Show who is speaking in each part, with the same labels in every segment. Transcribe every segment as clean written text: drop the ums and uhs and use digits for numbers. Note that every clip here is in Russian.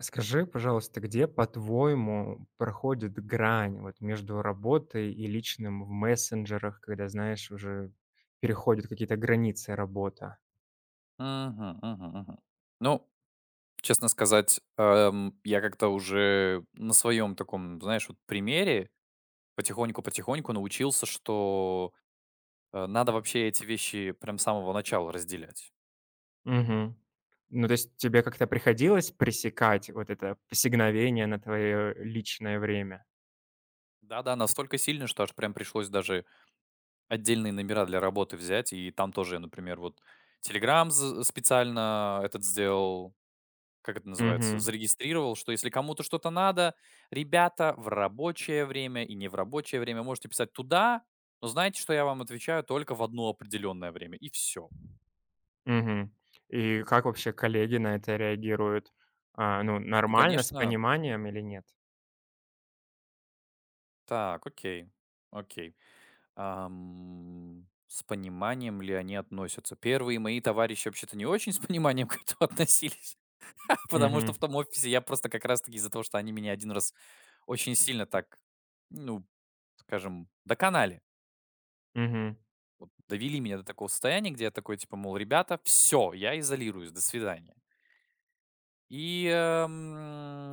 Speaker 1: Скажи, пожалуйста, где, по-твоему, проходит грань вот между работой и личным в мессенджерах, когда, знаешь, уже переходят какие-то границы работа?
Speaker 2: Мгм. Ну, честно сказать, я как-то уже на своем таком, знаешь, вот примере потихоньку-потихоньку научился, что надо вообще эти вещи прям с самого начала разделять.
Speaker 1: Мгм. Ну, то есть тебе как-то приходилось пресекать вот это посигновение на твое личное время?
Speaker 2: Да-да, настолько сильно, что аж прям пришлось даже отдельные номера для работы взять, и там тоже, я, например, вот специально этот сделал, как это называется,
Speaker 1: Мгм.
Speaker 2: зарегистрировал, что если кому-то что-то надо, ребята, в рабочее время и не в рабочее время можете писать туда, но знаете, что я вам отвечаю только в одно определенное время, и все.
Speaker 1: Мгм. И как вообще коллеги на это реагируют? А, ну,
Speaker 2: Ну,
Speaker 1: нормально, с
Speaker 2: конечно,
Speaker 1: пониманием или нет?
Speaker 2: так, окей, окей. С пониманием ли они относятся? Первые мои товарищи вообще-то не очень с пониманием к этому относились, потому что
Speaker 1: Мгм.
Speaker 2: в том офисе я просто как раз-таки из-за того, что они меня один раз очень сильно так, ну, скажем, доконали.
Speaker 1: Мгм.
Speaker 2: Довели меня до такого состояния, где я такой, типа, мол, ребята, все, я изолируюсь, до свидания. И, эм,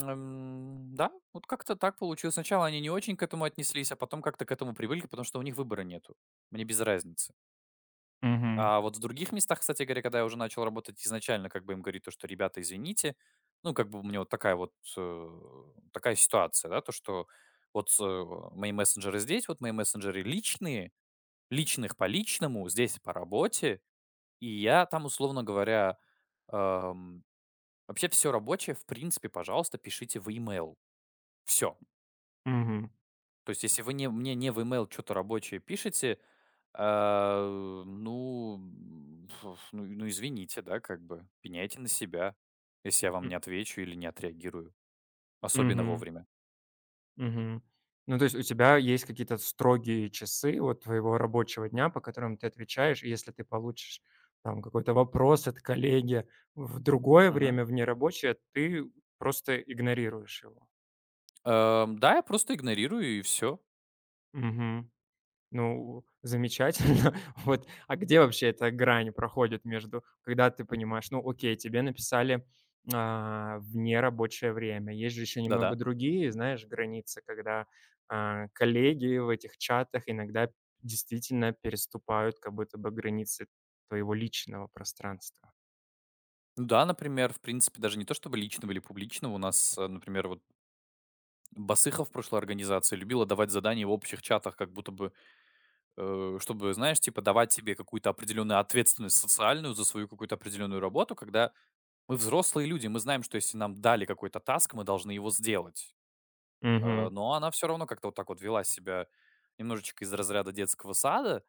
Speaker 2: м, да, вот как-то так получилось. Сначала они не очень к этому отнеслись, а потом как-то к этому привыкли, потому что у них выбора нету. Мне без разницы.
Speaker 1: Мгм.
Speaker 2: А вот в других местах, кстати говоря, когда я уже начал работать изначально, как бы им говорить то, что ребята, извините, ну, как бы у меня вот такая вот, э, такая ситуация, да, то, что вот мои мессенджеры здесь, вот мои мессенджеры личные, личных по личному, здесь по работе, и я там, условно говоря, ам, вообще все рабочее, в принципе, пожалуйста, пишите в имейл. Все.
Speaker 1: Мгм.
Speaker 2: То есть, если вы не мне не в имейл что то рабочее пишете, а, ну, извините, да, как бы. Пеняйте на себя, если я вам
Speaker 1: М,
Speaker 2: не отвечу или не отреагирую, особенно
Speaker 1: мгм.
Speaker 2: вовремя.
Speaker 1: Мгм. Ну, то есть у тебя есть какие-то строгие часы вот твоего рабочего дня, по которым ты отвечаешь, и если ты получишь там какой-то вопрос от коллеги в другое
Speaker 2: Мгм.
Speaker 1: время, в нерабочее, ты просто игнорируешь его.
Speaker 2: Да, я просто игнорирую и все.
Speaker 1: Мгм. Ну, замечательно. Вот, а где вообще эта грань проходит между, когда ты понимаешь, ну, окей, тебе написали, в нерабочее время. Есть же еще немного
Speaker 2: Да-да.
Speaker 1: другие, знаешь, границы, когда, коллеги в этих чатах иногда действительно переступают как будто бы границы твоего личного пространства.
Speaker 2: Ну да, например, в принципе, даже не то чтобы личного или публичного. У нас, например, вот Басыхов в прошлой организации любила давать задания в общих чатах, как будто бы, чтобы, знаешь, типа давать тебе какую-то определенную ответственность социальную за свою какую-то определенную работу, когда мы взрослые люди, мы знаем, что если нам дали какой-то таск, мы должны его сделать.
Speaker 1: Угу,
Speaker 2: Но она все равно как-то вот так вот вела себя немножечко из разряда детского сада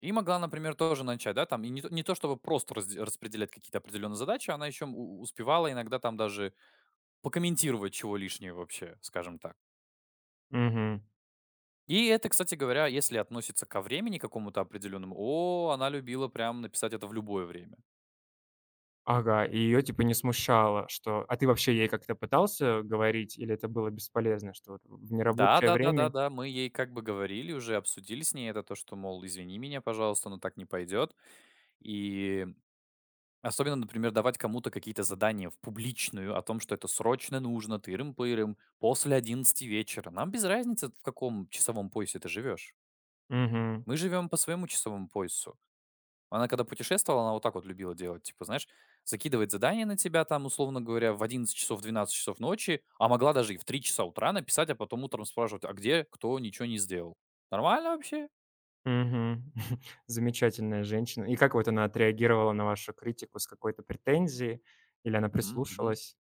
Speaker 2: и могла, например, тоже начать, да, там, и не то чтобы просто распределять какие-то определенные задачи, она еще успевала иногда там даже покомментировать чего лишнего вообще, скажем так.
Speaker 1: угу.
Speaker 2: И это, кстати говоря, если относится ко времени какому-то определенному, о, она любила прям написать это в любое время.
Speaker 1: Ага, и ее типа не смущало. Что А ты вообще ей как-то пытался говорить, или это было бесполезно, что вот в
Speaker 2: Да,
Speaker 1: нерабочее
Speaker 2: да, да, да,
Speaker 1: время?
Speaker 2: да, мы ей как бы говорили уже, обсудили с ней это, то, что, мол, извини меня, пожалуйста, но так не пойдет. И особенно, например, давать кому-то какие-то задания в публичную о том, что это срочно нужно, тырым-пырым, после 11 вечера. Нам без разницы, в каком часовом поясе ты живешь.
Speaker 1: Мгм.
Speaker 2: Мы живем по своему часовому поясу. Она когда путешествовала, она вот так вот любила делать. Типа, знаешь, закидывать задание на тебя там, условно говоря, в 11 часов, 12 часов ночи, а могла даже и в 3 часа утра написать, а потом утром спрашивать, а где кто ничего не сделал. Нормально вообще?
Speaker 1: Мгм. Замечательная женщина. И как вот она отреагировала на вашу критику? С какой-то претензией? Или она
Speaker 2: Мгм, мгм.
Speaker 1: прислушалась?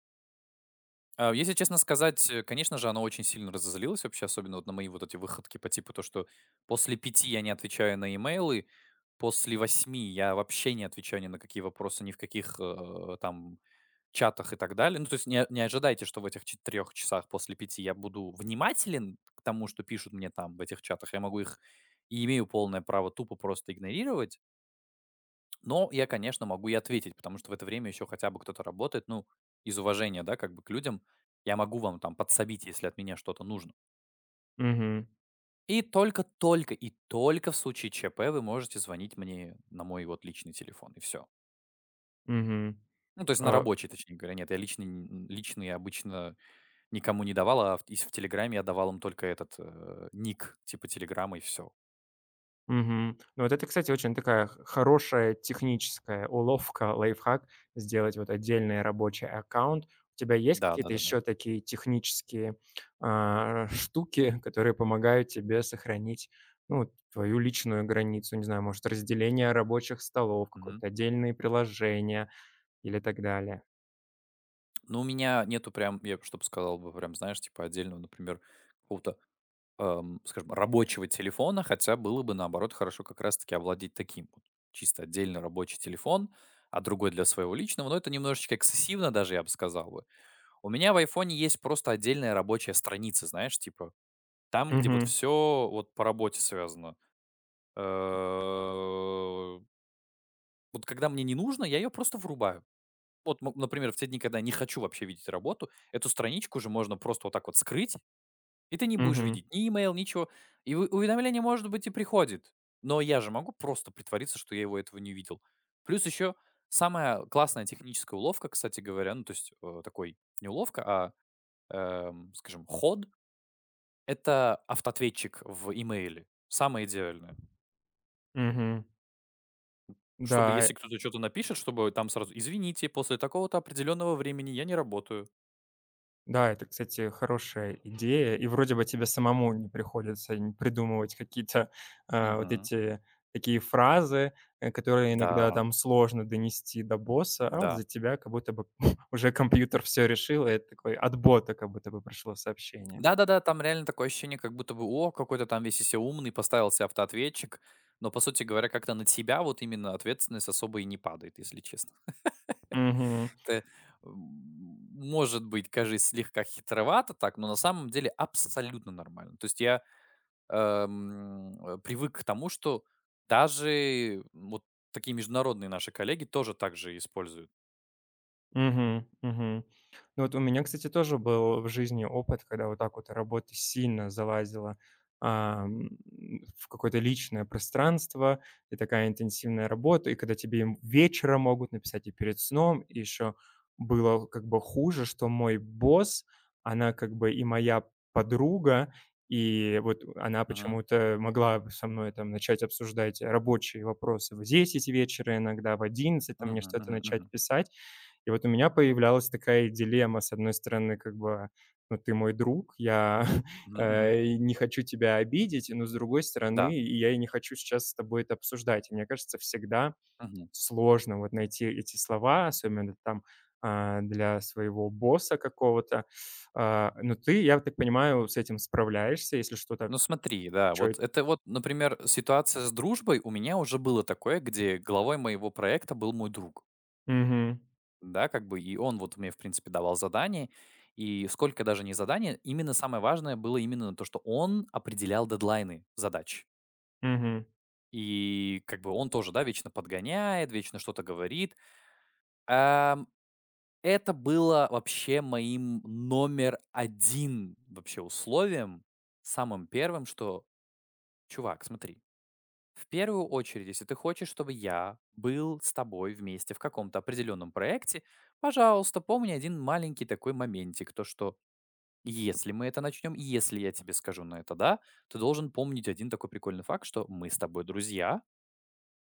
Speaker 2: А, если честно сказать, конечно же, она очень сильно разозлилась вообще, особенно вот на мои вот эти выходки по типу то, что после 5 я не отвечаю на имейлы, после 8 я вообще не отвечаю ни на какие вопросы, ни в каких там чатах и так далее. Ну, то есть не ожидайте, что в этих 4 часах после 5 я буду внимателен к тому, что пишут мне там в этих чатах. Я могу их и имею полное право тупо просто игнорировать. Но я, конечно, могу и ответить, потому что в это время еще хотя бы кто-то работает, ну, из уважения, да, как бы к людям. Я могу вам там подсобить, если от меня что-то нужно.
Speaker 1: Мгм.
Speaker 2: И только-только и только в случае ЧП вы можете звонить мне на мой вот личный телефон, и все.
Speaker 1: Мгм.
Speaker 2: Ну, то есть на
Speaker 1: А,
Speaker 2: рабочий, точнее говоря. Нет, я личный, личный обычно никому не давал, а в Телеграме я давал им только этот ник, типа Телеграма, и все.
Speaker 1: мгм. Ну, вот это, кстати, очень такая хорошая техническая уловка, лайфхак, сделать вот отдельный рабочий аккаунт. У тебя есть
Speaker 2: Да, да,
Speaker 1: какие-то
Speaker 2: да, да.
Speaker 1: еще такие технические штуки, которые помогают тебе сохранить, ну, вот твою личную границу, не знаю, может, разделение рабочих столов,
Speaker 2: Мгм.
Speaker 1: какое-то отдельные приложения, или так далее.
Speaker 2: Но у меня нету прям, я чтобы сказал бы, прям, знаешь, типа отдельного, например, какого-то скажем, рабочего телефона, хотя было бы, наоборот, хорошо как раз-таки овладеть таким вот. Чисто отдельно рабочий телефон, а другой для своего личного. Но это немножечко эксцессивно даже, я бы сказал бы. У меня в айфоне есть просто отдельная рабочая страница, знаешь, типа там, где вот
Speaker 1: Мгм,
Speaker 2: все вот по работе связано. Э, Вот когда мне не нужно, я ее просто врубаю. Вот, например, в те дни, когда я не хочу вообще видеть работу, эту страничку уже можно просто вот так вот скрыть и ты не будешь
Speaker 1: мгм,
Speaker 2: видеть ни имейл, ничего. И уведомление, может быть, и приходит. Но я же могу просто притвориться, что я его этого не видел. Плюс еще самая классная техническая уловка, кстати говоря, ну, то есть такой не уловка, а, скажем, ход, это автоответчик в имейле. Самое идеальное.
Speaker 1: мгм.
Speaker 2: Чтобы,
Speaker 1: Да,
Speaker 2: если кто-то что-то напишет, чтобы там сразу, извините, после такого-то определенного времени я не работаю.
Speaker 1: да, это, кстати, хорошая идея. И вроде бы тебе самому не приходится н придумывать какие-то, вот
Speaker 2: Мгм.
Speaker 1: эти такие фразы, которые иногда
Speaker 2: Да,
Speaker 1: там сложно донести до босса, а вот
Speaker 2: да.
Speaker 1: за тебя как будто бы уже компьютер все решил, и это такой от бота как будто бы пришло сообщение.
Speaker 2: Да-да-да, там реально такое ощущение, как будто бы, о, какой то там весь из себя умный, поставил себе автоответчик, но, по сути говоря, как-то на тебя вот именно ответственность особо и не падает, если честно.
Speaker 1: Мгм.
Speaker 2: Как-то, м, может быть, кажется, слегка хитровато так, но на самом деле абсолютно нормально. То есть я привык к тому, что даже вот такие международные наши коллеги тоже так же используют.
Speaker 1: Мгм, мгм. Ну вот у меня, кстати, тоже был в жизни опыт, когда вот так вот работа сильно залазила, ам, в какое-то личное пространство, и такая интенсивная работа, и когда тебе им вечером могут написать и перед сном, и еще было как бы хуже, что мой босс, она как бы и моя подруга, и вот она
Speaker 2: Мгм.
Speaker 1: почему-то могла бы со мной там начать обсуждать рабочие вопросы в 10 вечера, иногда в 11 там мне
Speaker 2: Мгм.
Speaker 1: что-то
Speaker 2: Мгм.
Speaker 1: начать
Speaker 2: Мгм.
Speaker 1: писать. И вот у меня появлялась такая дилемма. С одной стороны, как бы, ну, ты мой друг, я,
Speaker 2: Мгм. Мгм.
Speaker 1: и не хочу тебя обидеть, но, с другой
Speaker 2: Да.
Speaker 1: стороны, и я и не хочу сейчас с тобой это обсуждать. И мне кажется, всегда сложно вот найти эти слова, особенно там, для своего босса какого-то. А, но ты, я так понимаю, с этим справляешься, если что, так.
Speaker 2: Ну смотри, да,
Speaker 1: чё эт
Speaker 2: вот это вот, например, ситуация с дружбой. У меня уже было такое, где главой моего проекта был мой друг.
Speaker 1: Мгм.
Speaker 2: Да, как бы, и он вот мне, в принципе, давал задания. И сколько даже не задания, именно самое важное было именно то, что он определял дедлайны задач.
Speaker 1: Мгм.
Speaker 2: И как бы он тоже, да, вечно подгоняет, вечно что-то говорит. Ам, это было вообще моим номер один вообще условием, самым первым, что, чувак, смотри, в первую очередь, если ты хочешь, чтобы я был с тобой вместе в каком-то определенном проекте, пожалуйста, помни один маленький такой моментик, то что если мы это начнем, если я тебе скажу на это «да», ты должен помнить один такой прикольный факт, что мы с тобой друзья,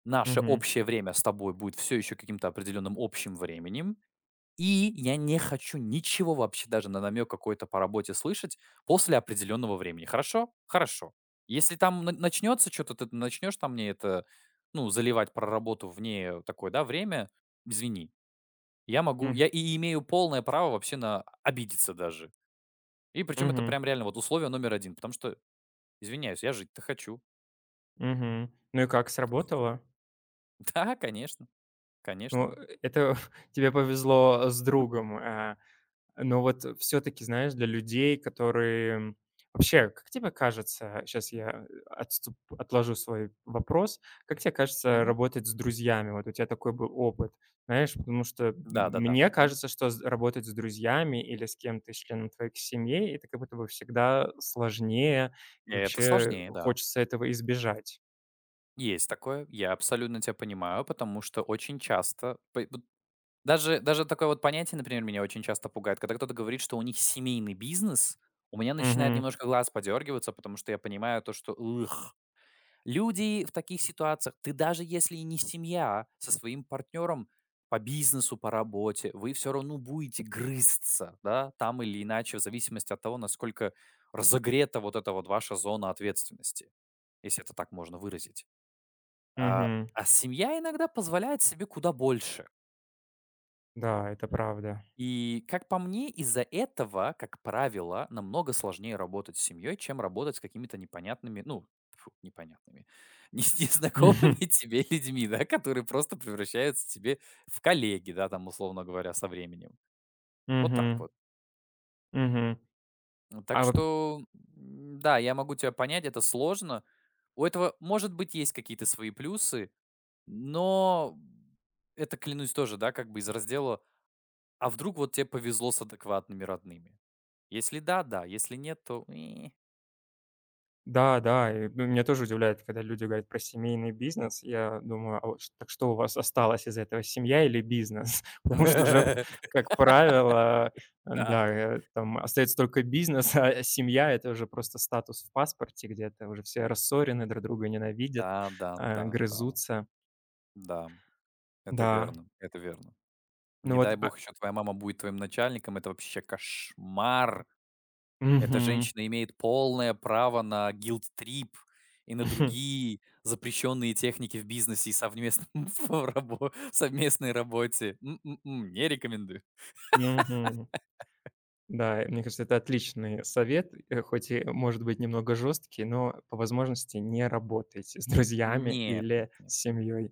Speaker 2: наше
Speaker 1: Мгм.
Speaker 2: общее время с тобой будет все еще каким-то определенным общим временем, и я не хочу ничего вообще даже на намек какой-то по работе слышать после определенного времени. Хорошо? Хорошо. Если там начнется что-то, ты начнешь там мне это, ну, заливать про работу вне такое, да, время, извини.
Speaker 1: Мгм.
Speaker 2: Я и имею полное право вообще на обидеться даже. И причем это
Speaker 1: Мгм.
Speaker 2: прям реально вот условие номер один, потому что, извиняюсь, я жить-то хочу.
Speaker 1: Мгм. Ну и как, сработало?
Speaker 2: Да, конечно, конечно.
Speaker 1: Ну, это тебе повезло с другом. А, но вот все таки знаешь, для людей, которые вообще, как тебе кажется, сейчас я отступ отложу свой вопрос, как тебе кажется
Speaker 2: Мгм.
Speaker 1: работать с друзьями? Вот у тебя такой был опыт, знаешь, потому что
Speaker 2: Да, да, да.
Speaker 1: мне
Speaker 2: Мгм.
Speaker 1: кажется, что с работать с друзьями или с кем-то из членов твоей семьи- это как будто бы всегда сложнее, и
Speaker 2: Это
Speaker 1: вообще
Speaker 2: сложнее, да.
Speaker 1: хочется этого избежать.
Speaker 2: Есть такое, я абсолютно тебя понимаю, потому что очень часто, вот даже такое вот понятие, например, меня очень часто пугает, когда кто-то говорит, что у них семейный бизнес, у меня начинает
Speaker 1: Угу,
Speaker 2: немножко глаз подергиваться, потому что я понимаю то, что «Ух, люди в таких ситуациях, ты даже если и не семья, со своим партнером по бизнесу, по работе, вы все равно будете грызться, да, там или иначе, в зависимости от того, насколько разогрета вот эта вот ваша зона ответственности, если это так можно выразить. А,
Speaker 1: угу.
Speaker 2: а семья иногда позволяет себе куда больше.
Speaker 1: Да, это правда.
Speaker 2: И, как по мне, из-за этого, как правило, намного сложнее работать с семьей, чем работать с какими-то непонятными, ну, фу, непонятными, с незнакомыми
Speaker 1: Мгм.
Speaker 2: тебе людьми, да, которые просто превращаются тебе в коллеги, да, там, условно говоря, со временем. Вот так
Speaker 1: Мгм.
Speaker 2: вот.
Speaker 1: Мгм.
Speaker 2: Ну, так
Speaker 1: А вот
Speaker 2: что, да, я могу тебя понять, это сложно. У этого, может быть, есть какие-то свои плюсы, но это, клянусь, тоже, да, как бы из раздела. А вдруг вот тебе повезло с адекватными родными? Если да, да, если нет, то
Speaker 1: да, да, и, ну, меня тоже удивляет, когда люди говорят про семейный бизнес. Я думаю, а вот ш так что у вас осталось из этого, семья или бизнес? Потому что уже, как правило,
Speaker 2: Да.
Speaker 1: да, там остается только бизнес, а семья- это уже просто статус в паспорте где-то, уже все рассорены, друг друга ненавидят,
Speaker 2: Да, да, дам, да.
Speaker 1: грызутся.
Speaker 2: Да, это
Speaker 1: Да,
Speaker 2: верно, это верно.
Speaker 1: ну
Speaker 2: Не
Speaker 1: вот,
Speaker 2: дай бог еще твоя мама будет твоим начальником, это вообще кошмар. Эта
Speaker 1: мгм.
Speaker 2: женщина имеет полное право на гилд-трип и на другие запрещенные техники в бизнесе и совместном в рабо совместной работе. Не рекомендую.
Speaker 1: Мгм. Да, мне кажется, это отличный совет, хоть и может быть немного жесткий, но по возможности не работайте с друзьями
Speaker 2: Нет,
Speaker 1: или
Speaker 2: нет.
Speaker 1: с семьей.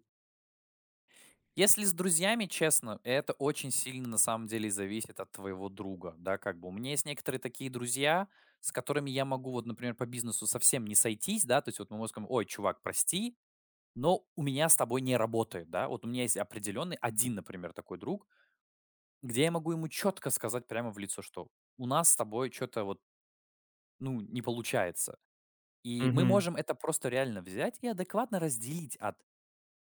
Speaker 2: Если с друзьями, честно, это очень сильно на самом деле зависит от твоего друга, да, как бы. У меня есть некоторые такие друзья, с которыми я могу вот, например, по бизнесу совсем не сойтись, да, то есть вот мы можем сказать, ой, чувак, прости, но у меня с тобой не работает, да, вот у меня есть определенный один, например, такой друг, где я могу ему четко сказать прямо в лицо, что у нас с тобой что-то вот, ну, не получается. И мы
Speaker 1: Мгм,
Speaker 2: можем это просто реально взять и адекватно разделить от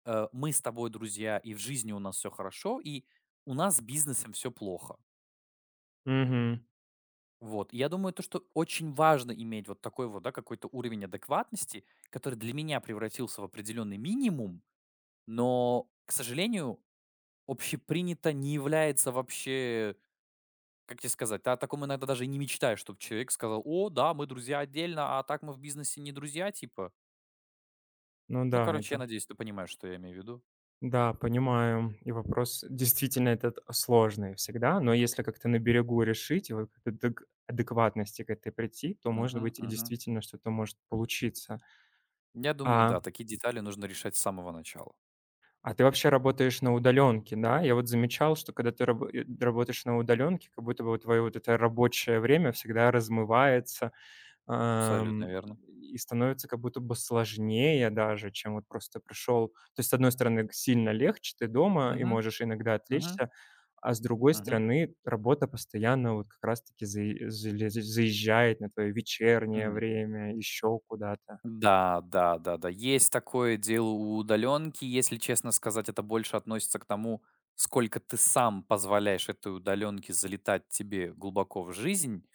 Speaker 2: мы с тобой друзья, и в жизни у нас все хорошо, и у нас с бизнесом все плохо.
Speaker 1: мгм.
Speaker 2: Вот. И я думаю, то, что очень важно иметь вот такой вот, да, какой-то уровень адекватности, который для меня превратился в определенный минимум, но, к сожалению, общепринято не является вообще, как тебе сказать, ты о таком иногда даже и не мечтаешь, чтобы человек сказал, о, да, мы друзья отдельно, а так мы в бизнесе не друзья, типа.
Speaker 1: Ну
Speaker 2: Ну,
Speaker 1: да,
Speaker 2: короче, я надеюсь, ты понимаешь, что я имею в виду.
Speaker 1: да, понимаю. И вопрос действительно этот сложный всегда, но если как-то на берегу решить и вот к адекватности к этой прийти, то, может
Speaker 2: Мгм,
Speaker 1: быть, и
Speaker 2: мгм.
Speaker 1: действительно что-то может получиться.
Speaker 2: Я думаю,
Speaker 1: А
Speaker 2: да, такие детали нужно решать с самого начала.
Speaker 1: А ты вообще работаешь на удаленке, да? Я вот замечал, что когда ты работаешь на удаленке, как будто бы твое вот это рабочее время всегда размывается,
Speaker 2: Абсолютно
Speaker 1: ам,
Speaker 2: верно.
Speaker 1: и становится как будто бы сложнее даже, чем вот просто пришел. То есть, с одной стороны, г сильно легче, ты дома и
Speaker 2: Мгм,
Speaker 1: можешь иногда
Speaker 2: мгм,
Speaker 1: отвлечься, а с другой
Speaker 2: мгм,
Speaker 1: стороны, работа постоянно вот как раз таки заи залез заезжает на твое вечернее
Speaker 2: мгм.
Speaker 1: время, еще куда-то.
Speaker 2: Да, да, да-да. Есть такое дело у удаленки. Если честно сказать, это больше относится к тому, сколько ты сам позволяешь этой удаленке залетать тебе глубоко в жизнь.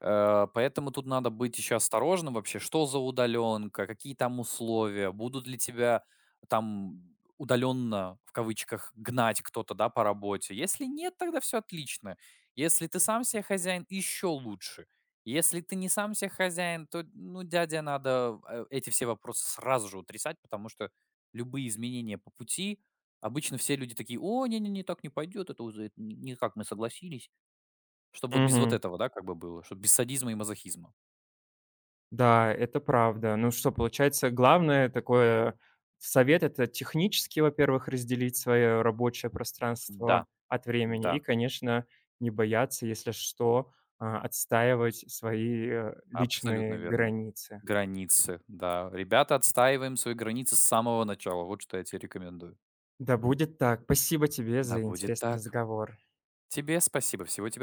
Speaker 2: Поэтому тут надо быть еще осторожным вообще, что за удаленка, какие там условия, будут ли тебя там удаленно, в кавычках, гнать кто-то, да, по работе. Если нет, тогда все отлично. Если ты сам себе хозяин, еще лучше. Если ты не сам себе хозяин, то, ну, дядя, надо эти все вопросы сразу же утрясать, потому что любые изменения по пути, обычно все люди такие, о, не-не-не, так не пойдет, это уже никак мы согласились чтобы вот без вот этого, да, как бы было, чтобы без садизма и мазохизма.
Speaker 1: Да, это правда. Ну что, получается, главное такое совет- это технически, во-первых, разделить свое рабочее
Speaker 2: Да,
Speaker 1: пространство от
Speaker 2: да,
Speaker 1: времени и, конечно, не бояться, если что, отстаивать свои,
Speaker 2: абсолютно
Speaker 1: личные
Speaker 2: верно.
Speaker 1: границы.
Speaker 2: Границы, да. Ребята, отстаиваем свои границы с самого начала. Вот что я тебе рекомендую.
Speaker 1: Да будет так. Спасибо тебе
Speaker 2: Да
Speaker 1: за
Speaker 2: будет
Speaker 1: интересный
Speaker 2: так.
Speaker 1: разговор.
Speaker 2: Тебе спасибо. Всего тебе